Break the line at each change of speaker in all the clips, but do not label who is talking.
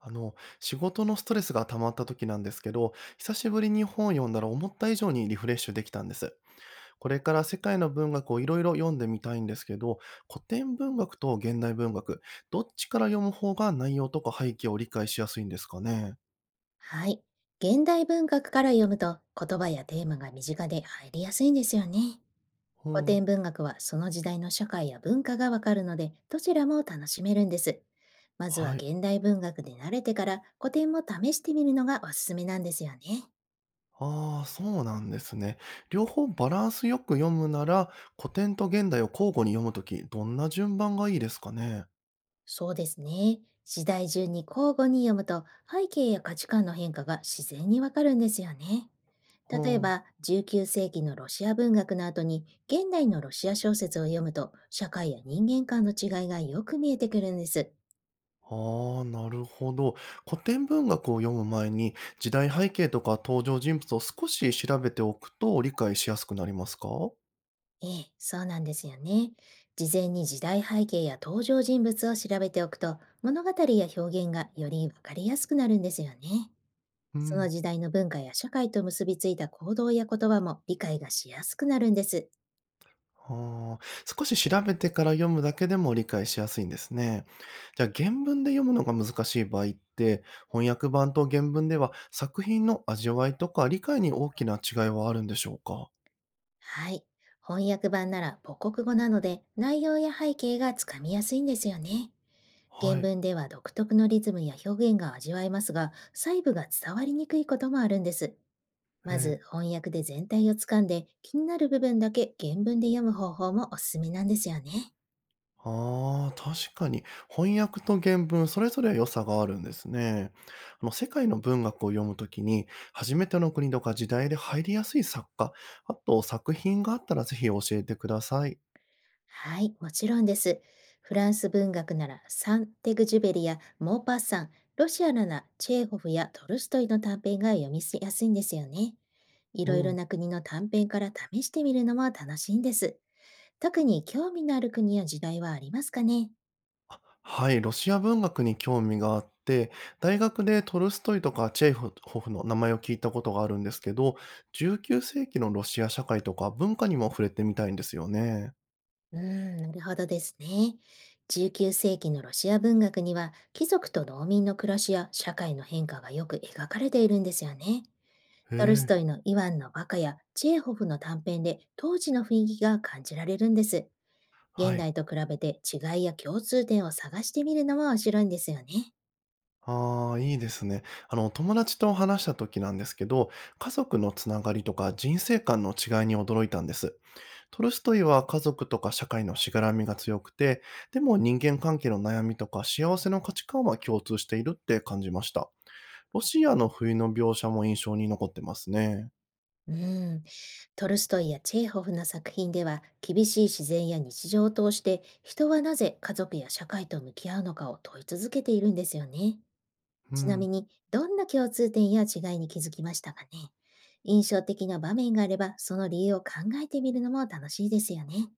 仕事のストレスが溜まった時なんですけど、久しぶりに本を読んだら思った以上にリフレッシュできたんです。これから世界の文学をいろいろ読んでみたいんですけど、古典文学と現代文学、どっちから読む方が内容とか背景を理解しやすいんですかね。
はい。現代文学から読むと言葉やテーマが身近で入りやすいんですよね。
う
古
ん。
典文学はその時代の社会や文化がわかるので、どちらも楽しめるんです。まずは
はい。
現代文学で慣れてから古典も試してみるのがおすすめなんですよね。
ああ、そうなんですね。両方バランスよく読むなら、古典と現代を交互に読むとき、どんな順番がいいですかね。
そうですね。次第順に交互に読むと、背景や価値観の変化が自然にわかるんですよね。
う
例え
ん。
ば19世紀のロシア文学の後に現代のロシア小説を読むと、社会や人間観の違いがよく見えてくるんです。
ああ、なるほど。古典文学を読む前に、時代背景とか登場人物を少し調べておくと理解しやすくなりますか。
ええ、そうなんですよね。事前に時代背景や登場人物を調べておくと、物語や表現がよりわかりやすくなるんですよね。
う
その
ん。
時代の文化や社会と結びついた行動や言葉も理解がしやすくなるんです。
ああ、少し調べてから読むだけでも理解しやすいんですね。じゃあ原文で読むのが難しい場合って、翻訳版と原文では作品の味わいとか理解に大きな違いはあるんでしょうか。
はい。翻訳版なら母国語なので、内容や背景がつかみやすいんですよね。原
はい。
文では独特のリズムや表現が味わえますが、細部が伝わりにくいこともあるんです。
へ
まず
え。
翻訳で全体をつかんで、気になる部分だけ原文で読む方法もおすすめなんですよね。
ああ、確かに。翻訳と原文、それぞれ良さがあるんですね。世界の文学を読むときに、初めての国とか時代で入りやすい作家、あと作品があったらぜひ教えてください。
はい、もちろんです。フランス文学ならサン・テグジュベリやモーパッサン、ロシアならチェーホフやトルストイの短編が読みやすいんですよね。い
う
ろいろ
ん。
な国の短編から試してみるのも楽しいんです。特に興味のある国や時代はありますかね？
あ、はい、ロシア文学に興味があって、大学でトルストイとかチェーホフの名前を聞いたことがあるんですけど、19世紀のロシア社会とか文化にも触れてみたいんですよね。
なるほどですね。19世紀のロシア文学には貴族と農民の暮らしや社会の変化がよく描かれているんですよね。
へ
トルス
え。
トイのイワンのバカやチェーホフの短編で当時の雰囲気が感じられるんです。
は
現
い。
代と比べて違いや共通点を探してみるのも面白いんですよね。
ああ、いいですね。友達と話した時なんですけど、家族のつながりとか人生観の違いに驚いたんです。トルストイは家族とか社会のしがらみが強くて、でも人間関係の悩みとか幸せの価値観は共通しているって感じました。ロシアの冬の描写も印象に残ってますね。
うん。トルストイやチェーホフの作品では、厳しい自然や日常を通して、人はなぜ家族や社会と向き合うのかを問い続けているんですよね。
う
ちな
ん。
みに、どんな共通点や違いに気づきましたかね？印象的な場面があれば、その理由を考えてみるのも楽しいですよね。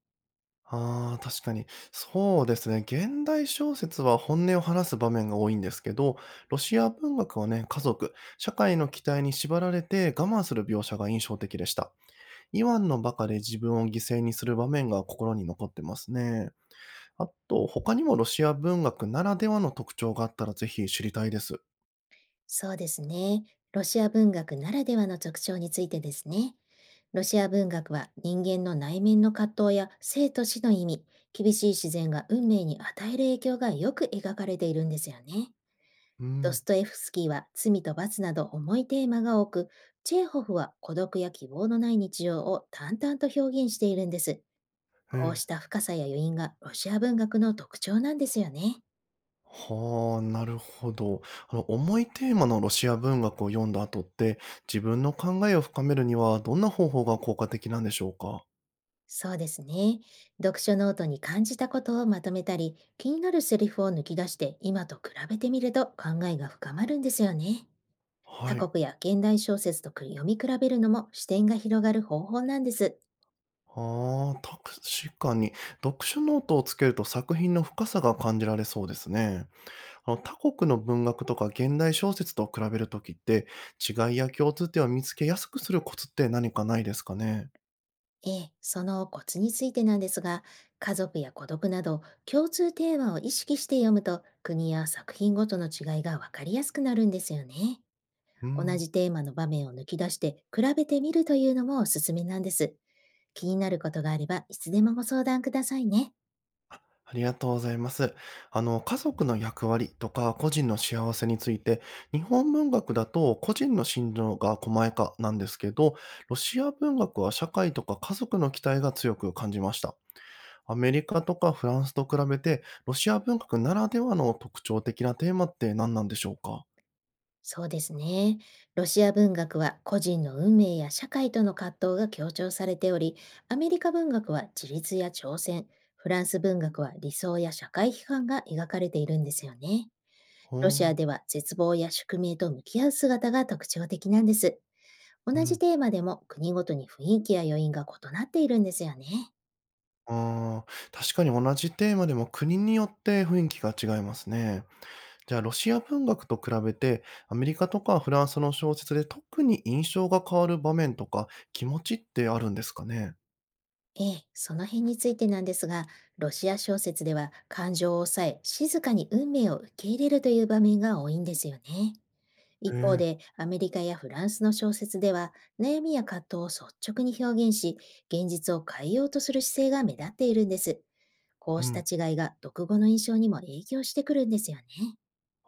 ああ、確かに。そうですね。現代小説は本音を話す場面が多いんですけど、ロシア文学はね、家族、社会の期待に縛られて我慢する描写が印象的でした。イワンのバカで自分を犠牲にする場面が心に残ってますね。あと、他にもロシア文学ならではの特徴があったらぜひ知りたいです。
そうですね。ロシア文学ならではの特徴についてですね。ロシア文学は人間の内面の葛藤や生と死の意味、厳しい自然が運命に与える影響がよく描かれているんですよね。
う
ド
ん。
ストエフスキーは罪と罰など重いテーマが多く、チェーホフは孤独や希望のない日常を淡々と表現しているんです。
へ
こう
え。
した深さや余韻がロシア文学の特徴なんですよね。
はあ、なるほど。重いテーマのロシア文学を読んだ後って、自分の考えを深めるにはどんな方法が効果的なんでしょうか。
そうですね。読書ノートに感じたことをまとめたり、気になるセリフを抜き出して今と比べてみると、考えが深まるんですよね。他
はい。
国や現代小説と読み比べるのも視点が広がる方法なんです。
ああ、確かに、読書ノートをつけると作品の深さが感じられそうですね。他国の文学とか現代小説と比べるときって、違いや共通点を見つけやすくするコツって何かないですかね。
ええ、そのコツについてなんですが、家族や孤独など共通テーマを意識して読むと、国や作品ごとの違いがわかりやすくなるんですよね。
う
同
ん。
じテーマの場面を抜き出して比べてみるというのもおすすめなんです。気になることがあれば、いつでもご相談くださいね。
ありがとうございます。家族の役割とか個人の幸せについて、日本文学だと個人の心情が細やかなんですけど、ロシア文学は社会とか家族の期待が強く感じました。アメリカとかフランスと比べて、ロシア文学ならではの特徴的なテーマって何なんでしょうか。
そうですね。ロシア文学は個人の運命や社会との葛藤が強調されており、アメリカ文学は自立や挑戦、フランス文学は理想や社会批判が描かれているんですよね。ロシア
ほ
で
う。
は絶望や宿命と向き合う姿が特徴的なんです。同
う
じ
ん。
テーマでも国ごとに雰囲気や余韻が異なっているんですよね。
あー確かに同じテーマでも国によって雰囲気が違いますね。じゃあ、ロシア文学と比べて、アメリカとかフランスの小説で特に印象が変わる場面とか、気持ちってあるんですかね？
ええ、その辺についてなんですが、ロシア小説では感情を抑え、静かに運命を受け入れるという場面が多いんですよね。
え
一方
え、
で、アメリカやフランスの小説では、悩みや葛藤を率直に表現し、現実を変えようとする姿勢が目立っているんです。こ
う
うした
ん。
違いが読後の印象にも影響してくるんですよね。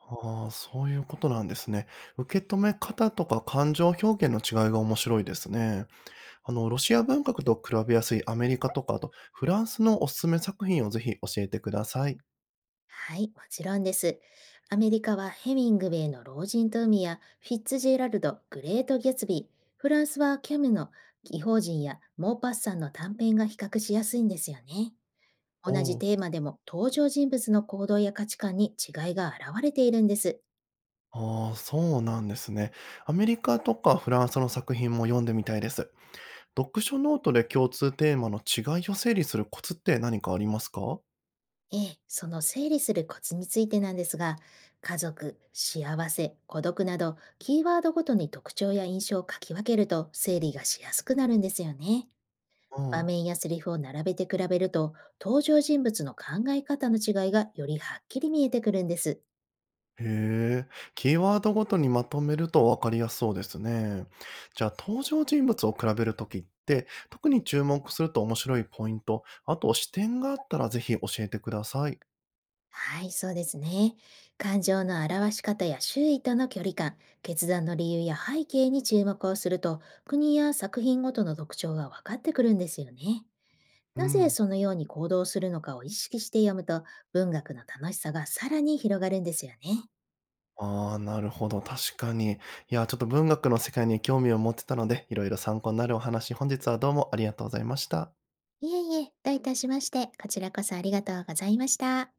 ああ、そういうことなんですね。受け止め方とか感情表現の違いが面白いですね。ロシア文学と比べやすいアメリカとか、あとフランスのおすすめ作品をぜひ教えてください。
はい、もちろんです。アメリカはヘミングウェイの老人と海やフィッツジェラルド、グレート・ギャツビー、フランスはキャムの異邦人やモーパッサンの短編が比較しやすいんですよね。
お
同じ
お。
テーマでも登場人物の行動や価値観に違いが現れているんです。
ああ、そうなんですね。アメリカとかフランスの作品も読んでみたいです。読書ノートで共通テーマの違いを整理するコツって何かありますか。
ええ、その整理するコツについてなんですが、家族、幸せ、孤独など、キーワードごとに特徴や印象を書き分けると、整理がしやすくなるんですよね。
う
場
ん。
面やセリフを並べて比べると、登場人物の考え方の違いがよりはっきり見えてくるんです。
へえ、キーワードごとにまとめると分かりやすそうですね。じゃあ登場人物を比べるときって、特に注目すると面白いポイント、あと視点があったらぜひ教えてください。
はい、そうですね。感情の表し方や周囲との距離感、決断の理由や背景に注目をすると、国や作品ごとの特徴が分かってくるんですよね。
う
なぜ
ん。
そのように行動するのかを意識して読むと、文学の楽しさがさらに広がるんですよね。
ああ、なるほど。確かに。いや、ちょっと文学の世界に興味を持ってたので、いろいろ参考になるお話、本日はどうもありがとうございました。
いえいえ、どういたしまして、こちらこそありがとうございました。